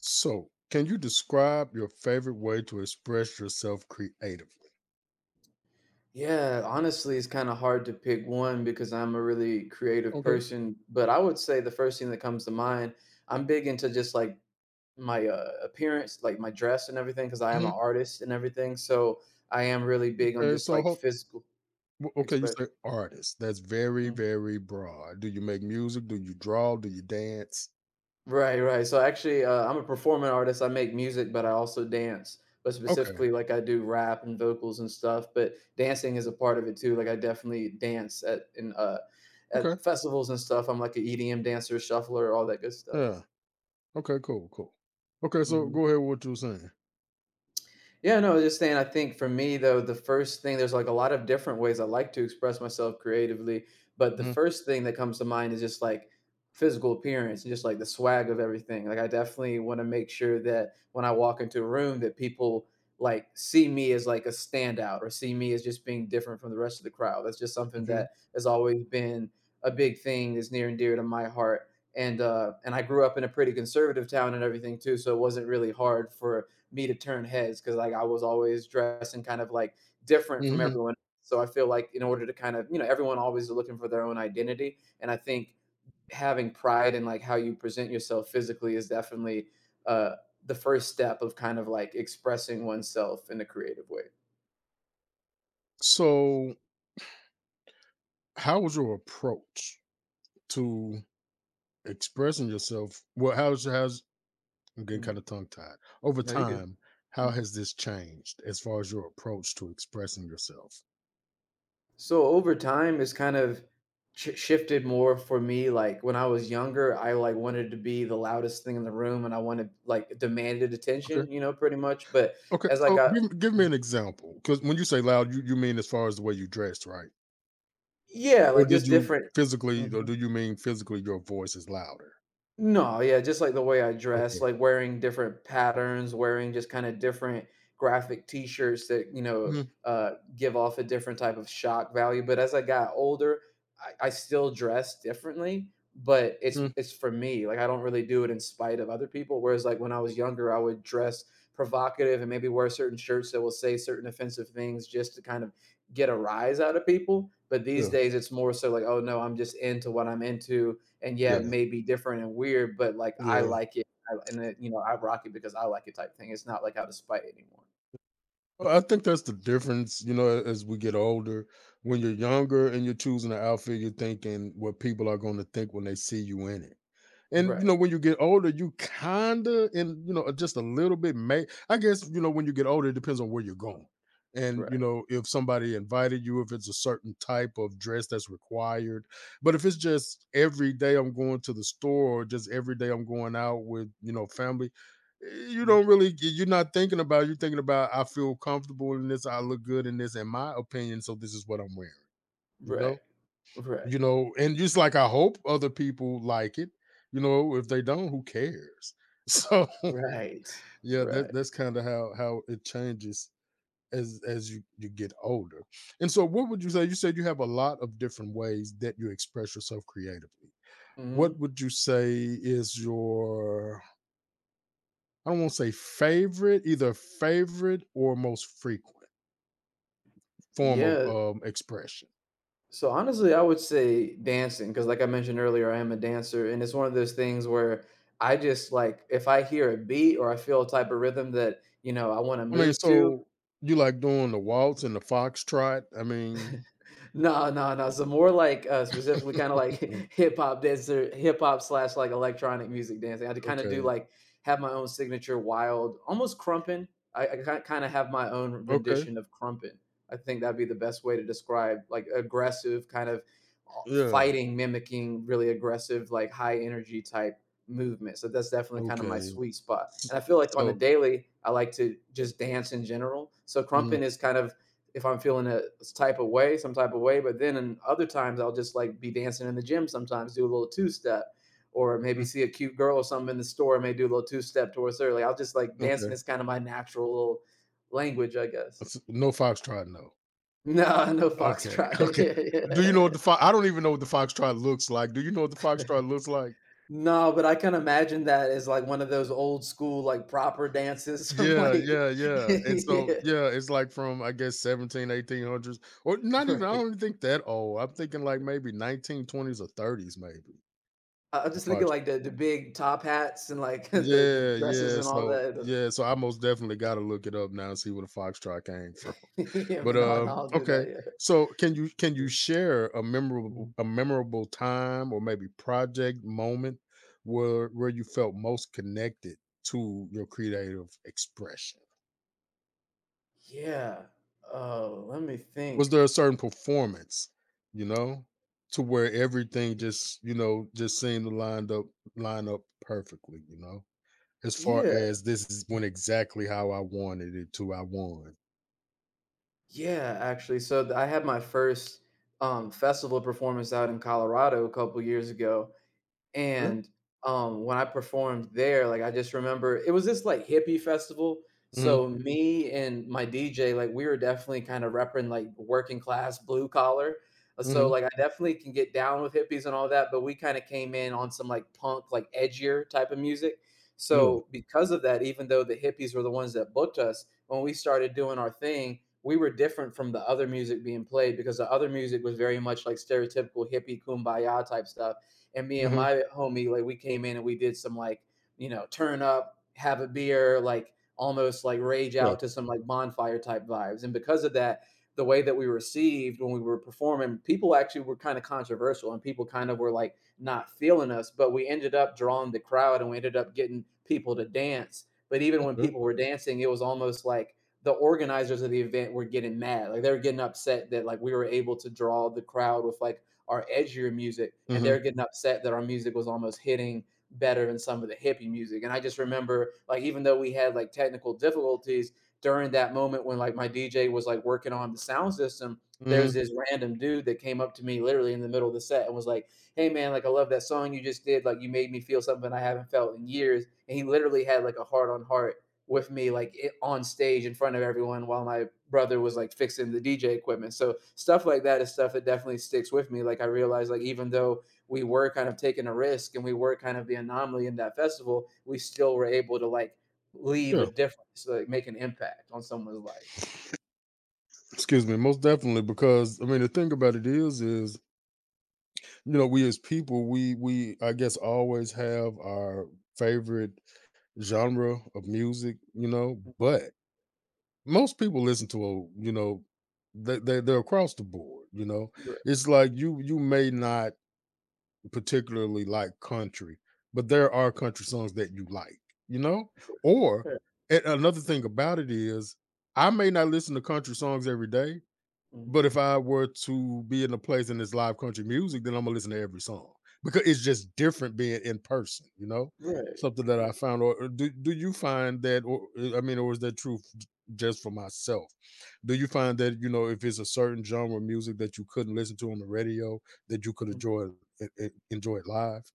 So, can you describe your favorite way to express yourself creatively? Yeah, honestly, it's kind of hard to pick one because I'm a really creative Okay. person. But I would say the first thing that comes to mind, I'm big into just like my appearance, like my dress and everything, because I am an Hmm. artist and everything. So I am really big on Okay, just so like physical okay, you say expression. artist. That's very, very broad. Do you make music? Do you draw? Do you dance? Right, right. So actually, I'm a performing artist. I make music, but I also dance. But Okay, specifically, like I do rap and vocals and stuff. But dancing is a part of it too. Like I definitely dance at in okay, at festivals and stuff. I'm like an EDM dancer, shuffler, all that good stuff. yeah, okay, cool, cool. Okay, so Mhm. go ahead with what you were saying. Yeah, no, I was just saying, I think for me, though, the first thing there's, like, a lot of different ways I like to express myself creatively, but the Hmm. first thing that comes to mind is just, like, physical appearance and just, like, the swag of everything. Like, I definitely wanna make sure that when I walk into a room that people, like, see me as, like, a standout or see me as just being different from the rest of the crowd. That's just something Okay. that has always been a big thing that's near and dear to my heart, and I grew up in a pretty conservative town and everything too, so it wasn't really hard for me to turn heads because like I was always dressing kind of like different from Hmm. everyone. So I feel like in order to kind of, everyone always is looking for their own identity. And I think having pride in like how you present yourself physically is definitely uh, the first step of kind of like expressing oneself in a creative way. So, how was your approach to expressing yourself? Well, how's how's I'm getting Mm. kind of tongue tied. Over No, you're good. time, how Mhm. has this changed as far as your approach to expressing yourself? So over time, it's kind of shifted more for me. Like when I was younger, I like wanted to be the loudest thing in the room, and I wanted like demanded Okay. attention, you know, pretty much. But Okay. as I So got, give me mhm, an example. Because when you say loud, you mean as far as the way you dressed, right? yeah, Or like did just you different. physically, or Mm-hmm. do you mean physically your voice is louder? No, yeah, just like the way I dress, Okay. like wearing different patterns, wearing just kind of different graphic t-shirts that, you know, Mm-hmm. Give off a different type of shock value. But as I got older, I still dress differently, but it's for me. Like I don't really do it in spite of other people. Whereas like when I was younger, I would dress provocative and maybe wear certain shirts that will say certain offensive things just to kind of get a rise out of people. But these Yeah. days, it's more so like, oh no, I'm just into what I'm into and yeah, it Yeah. may be different and weird, but like I Yeah. like it, I, and it, you know I rock it because I like it type thing. It's not like out of spite anymore. Well, I think that's the difference, you know, as we get older. When you're younger and you're choosing an outfit, you're thinking what people are going to think when they see you in it. And Right, when you get older, you kinda and just a little bit may I guess, when you get older, it depends on where you're going. And right, if somebody invited you, if it's a certain type of dress that's required. But if it's just every day I'm going to the store or just every day I'm going out with, family, you don't mm, really you're not thinking about you're thinking about, I feel comfortable in this, I look good in this, in my opinion, so this is what I'm wearing, you right, know? right, You know and just like, I hope other people like it, you know? If they don't, who cares? So right, yeah, that, right. that's kind of how it changes as you get older. And so, what would you say— you said you have a lot of different ways that you express yourself creatively, what Hmm. would you say is your— I don't want to say favorite, either favorite or most frequent form of Yeah. Expression? So honestly, I would say dancing because, like I mentioned earlier, I am a dancer, and it's one of those things where I just like if I hear a beat or I feel a type of rhythm that you know I want to I mean, move to, so you like doing the waltz and the foxtrot, I mean? no, no, no. So more like specifically kind of like hip hop dancer, hip hop slash like electronic music dancing. I kind of do Okay, like have my own signature wild, almost crumpin. I kind of have my own okay, rendition of crumpin. I think that'd be the best way to describe like aggressive kind of yeah, fighting, mimicking really aggressive, like high energy type movement. So that's definitely kind of my okay. sweet spot. S And I feel like on the So, daily, I like to just dance in general. So mhm, crumpin is kind of if I'm feeling a type of way, some type of way. But then in other times, I'll just like be dancing in the gym sometimes, do a little two step, or maybe mm, see a cute girl or something in the store, and may do a little two step towards her. Like I'll just like okay, dancing is kind of my natural little language, I guess. s no foxtrot, no. No, no Okay, foxtrot. okay. Yeah, Do you know what yeah. the fox? I don't even know what the foxtrot looks like. Do you know what the foxtrot looks like? No, but I can imagine that as like one of those old school, like proper dances from Yeah, like, yeah, yeah, and so yeah, yeah, it's like from, I guess, seventeen, eighteen hundreds, or not even, I right. don't even think that old. I'm thinking like maybe 1920s or 30s maybe, I'm the just thinking like the big top hats and like the yeah, dresses yeah, and all so that. yeah, so I most definitely gotta look it up now and see where the foxtrot came from. Yeah, But, but no, no, I'll do okay, that, yeah. so can you share a memorable Mhm. a memorable time or maybe project moment where you felt most connected to your creative expression? Yeah. Oh, let me Was think. there a certain performance, you know, to where everything just, just seemed to line up perfectly, you know? As far Yeah, as this is went exactly how I wanted it to, I won. yeah, actually, so th I had my first, festival performance out in Colorado a couple years ago, Yeah. and when I performed there, like I just remember it was this like hippie festival. Mhm, So me and my DJ, like we were definitely kind of repping like working class blue collar. So mhm, like I definitely can get down with hippies and all that, but we kind of came in on some like punk, like edgier type of music. yeah, So because of that, even though the hippies were the ones that booked us, when we started doing our thing, we were different from the other music being played because the other music was very much like stereotypical hippie kumbaya type stuff and me and mhm, my homie like we came in and we did some like you know turn up, have a beer, like almost like rage yeah, out to some like bonfire type vibes. And because of that, the way that we were received when we were performing, people actually were kind of controversial and people kind of were like not feeling us, but we ended up drawing the crowd and we ended up getting people to dance. But even when okay, people were dancing, it was almost like the organizers of the event were getting mad. Like they were getting upset that like we were able to draw the crowd with like our edgier music, and mhm, they're getting upset that our music was almost hitting better than some of the hippie music. And I just remember, like, even though we had like technical difficulties during that moment when like my DJ was like working on the sound system, there's mhm, this random dude that came up to me literally in the middle of the set and was like, "Hey man, like I love that song you just did. Like you made me feel something I haven't felt in years." And he literally had like a heart on heart with me like it, on stage in front of everyone while my brother was like fixing the DJ equipment. So stuff like that is stuff that definitely sticks with me. Like I realized like even though we were kind of taking a risk and we were kind of the anomaly in that festival, we still were able to like leave a yeah. difference, like make an impact on someone's life. Excuse me, most definitely because, I mean, the thing about it is we as people, I guess, always have our favorite genre of music, you know, but most people listen to a— you know, they're across the board, you know? Right. It's like you may not particularly like country, but there are country songs that you like, you know? Or— Right. and another thing about it is, I may not listen to country songs every day, Mhm. but if I were to be in a place and it's live country music, then Imma listen to every song because it's just different being in person, you know? Right. Something that Right. I found, or— or do do you find that, or I mean, or is that true f j just for myself? Do you find that, if it's a certain genre of music that you couldn't listen to on the radio, that you could enjoy it live?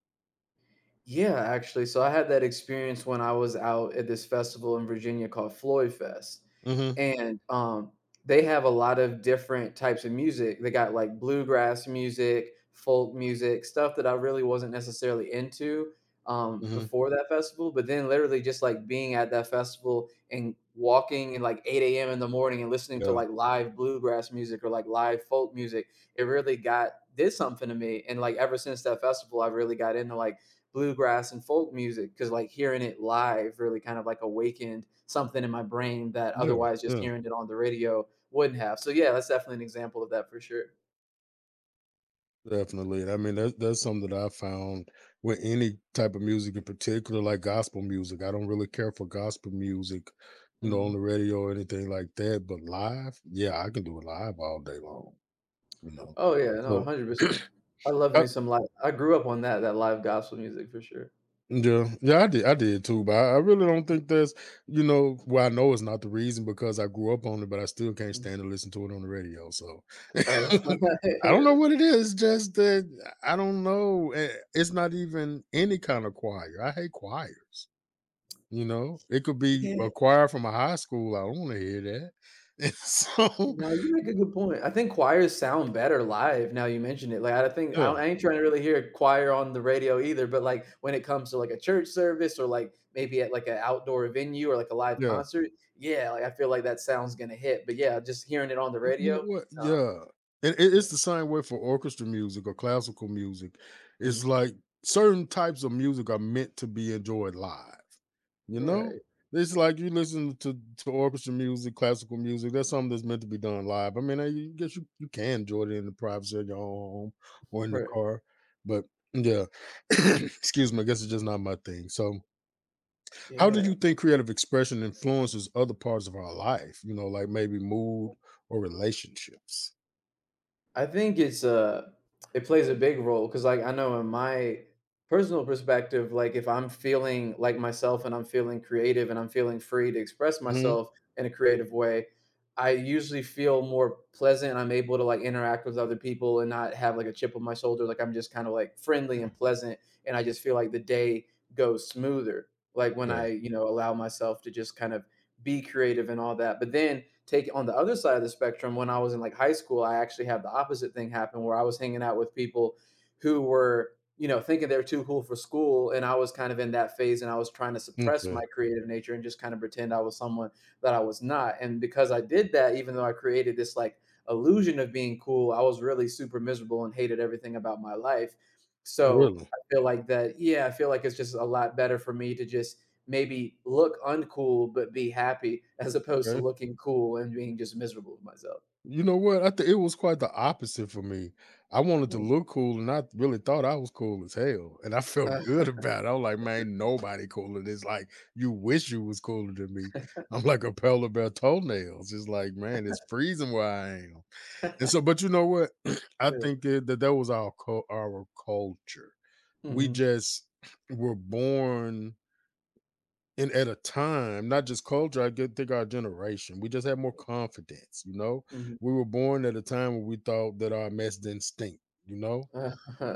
Yeah, actually. So I had that experience when I was out at this festival in Virginia called Floyd Fest. Mhm, And they have a lot of different types of music. They got like bluegrass music, folk music, stuff that I really wasn't necessarily into mhm. before that festival. But then literally just like being at that festival and walking in like 8 a.m. in the morning and listening to Yeah. like live bluegrass music or like live folk music, it really got did something to me. And like ever since that festival, I've really got into like bluegrass and folk music because like hearing it live really kind of like awakened something in my brain that Yeah, otherwise just yeah. hearing it on the radio wouldn't have. So yeah, that's definitely an example of that for sure. Definitely. I mean, that's something that I found with any type of music, in particular, like gospel music. I don't really care for gospel music, on Mhm. the radio or anything like that. But live, yeah, I can do it live all day long, you know. Oh yeah, no, So 100%. I love me some live I grew up on that that live gospel music for sure. yeah, yeah, I did too, but I really don't think that's— you know, well, I know it's not the reason because I grew up on it, but I still can't Mm. stand to listen to it on the radio. So Oh, I don't know what it is. Just that I don't know. It's not even any kind of choir. I hate choirs. It could be yeah. a choir from a high school. I don't want to hear that. And so No, you make a good point. I think choirs sound better live now you mentioned it. Like, I think I yeah, don't I ain't trying to really hear a choir on the radio either, but, like, when it comes to, like, a church service or, like, maybe at, like, an outdoor venue or, like, a live yeah. concert, yeah, like, I feel like that sound's gonna hit, but yeah, just hearing it on the And you know radio, what? nah, Yeah. And yeah, it's the same way for orchestra music or classical music. It's mhm. like certain types of music are meant to be enjoyed live. You know, Right, it's like you listen to orchestra music, classical music. That's something that's meant to be done live. I mean, I you guess you, you can enjoy it in the privacy of your own home or in the right, car, but yeah. Excuse me. I guess it's just not my thing. So how do yeah. you think creative expression influences other parts of our life? You know, like maybe mood or relationships. I think it's it plays a big role because like I know in my personal perspective, like if I'm feeling like myself and I'm feeling creative and I'm feeling free to express Hmm. myself in a creative way, I usually feel more pleasant. I'm able to like interact with other people and not have like a chip on my shoulder. Like I'm just kind of like friendly and pleasant and I just feel like the day goes smoother. Like when Yeah. I, you know, allow myself to just kind of be creative and all that. But then take on the other side of the spectrum, when I was in like high school, I actually had the opposite thing happen where I was hanging out with people who were, you know, thinking they're too cool for school. And I was kind of in that phase and I was trying to suppress my Okay. creative nature and just kind of pretend I was someone that I was not. And because I did that, even though I created this like illusion of being cool, I was really super miserable and hated everything about my life. So Really? I feel like that, yeah, I feel like it's just a lot better for me to just maybe look uncool but be happy as opposed to Okay. looking cool and being just miserable with myself. You know what? I think it was quite the opposite for me. I wanted to Hmm. look cool, and I really thought I was cool as hell, and I felt Uh, good about it. I was like, man, ain't nobody cooler. It's like, you wish you was cooler than me. I'm like a pale of bare toenails. It's like, man, it's freezing where I am. And so but you know what? I yeah. think that was our culture. We Mhm. just were born in at a time, not just culture, I get think our generation, we just had more confidence, you know? Mhm. We were born at a time when we thought that our mess didn't stink, you know?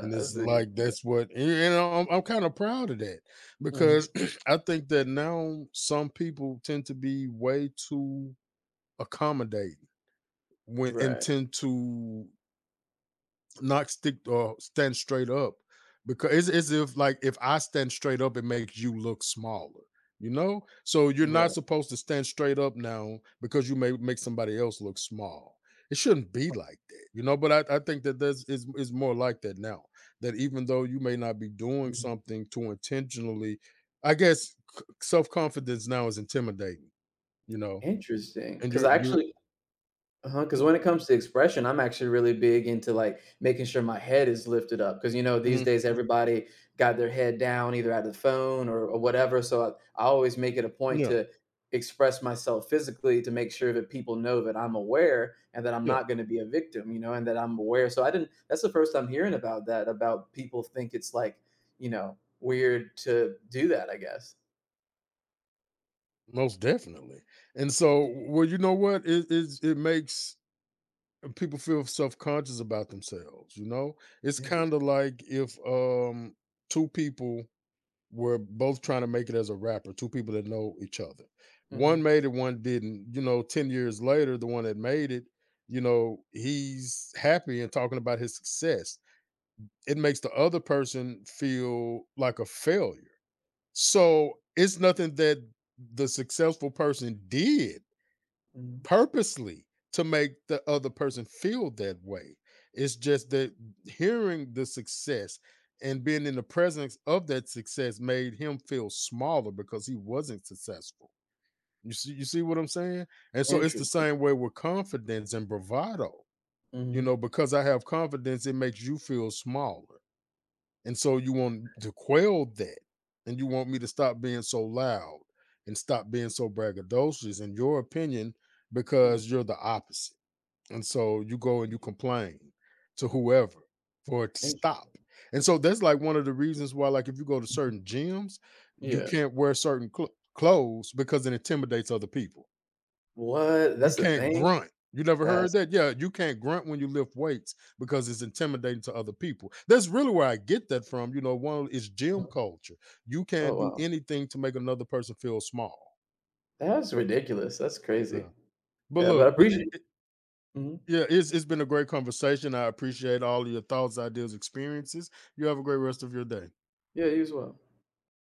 And I it's see. like Yeah. that's what, and I'm kinda proud of that Mhm. because I think that now some people tend to be way too accommodating when— and Right. tend to not stick or stand straight up because it's as if like, if I stand straight up, it makes you look smaller, you know? So you're not Right. supposed to stand straight up now because you may make somebody else look small. It shouldn't be like that, you know. But I think that that's— is more like that now. That even though you may not be doing Mhm. something to intentionally, I guess, self confidence now is intimidating, you know. Interesting. And Because I you're— actually uh-huh, huh. Because when it comes to expression, I'm actually really big into, like, making sure my head is lifted up. Because you know, these mhm, days everybody got their head down either at the phone or whatever, so I always make it a point yeah, to express myself physically to make sure that people know that I'm aware and that I'm yeah. not gonna be a victim, you know, and that I'm aware, so I didn't that's the first I'm hearing about that, about people think it's, like, you know, weird to do that, I guess. Most definitely. And so, well, you know what? it makes people feel self-conscious about themselves, you know? It's kind of Interesting. like, if two people were both trying to make it as a rapper, two people that know each other. One Mhm, made it, one didn't. 10 years later, the one that made it, he's happy and talking about his success. It makes the other person feel like a failure. So, it's nothing that the successful person did mhm. purposely to make the other person feel that way. It's just that hearing the success and being in the presence of that success made him feel smaller because he wasn't successful. You see what I'm saying? And so it's the Interesting. same way with confidence and bravado. Mhm, Because I have confidence, it makes you feel smaller. And so you want to quell that. And you want me to stop being so loud and stop being so braggadocious, in your opinion, hmm. because you're the opposite. And so you go and you complain to whoever for it to Interesting. Hmm, stop. interesting. And so that's like one of the reasons why, like, if you go to Hmm. certain gyms, you Yeah. can't wear certain clothes because it intimidates other people. What? You That's the can't thing? grunt. You never heard That's that? Yeah, you can't grunt when you lift weights because it's intimidating to other people. That's really where I get that from. One is gym oh. culture. You Oh, can't do wow. anything to make another person feel small. That's ridiculous. That's crazy. Yeah. But Yeah, but look, I appreciate mhm. yeah, it's been a great conversation. I appreciate all of your thoughts, ideas, experiences. You have a great rest of your day. Yeah, you as well.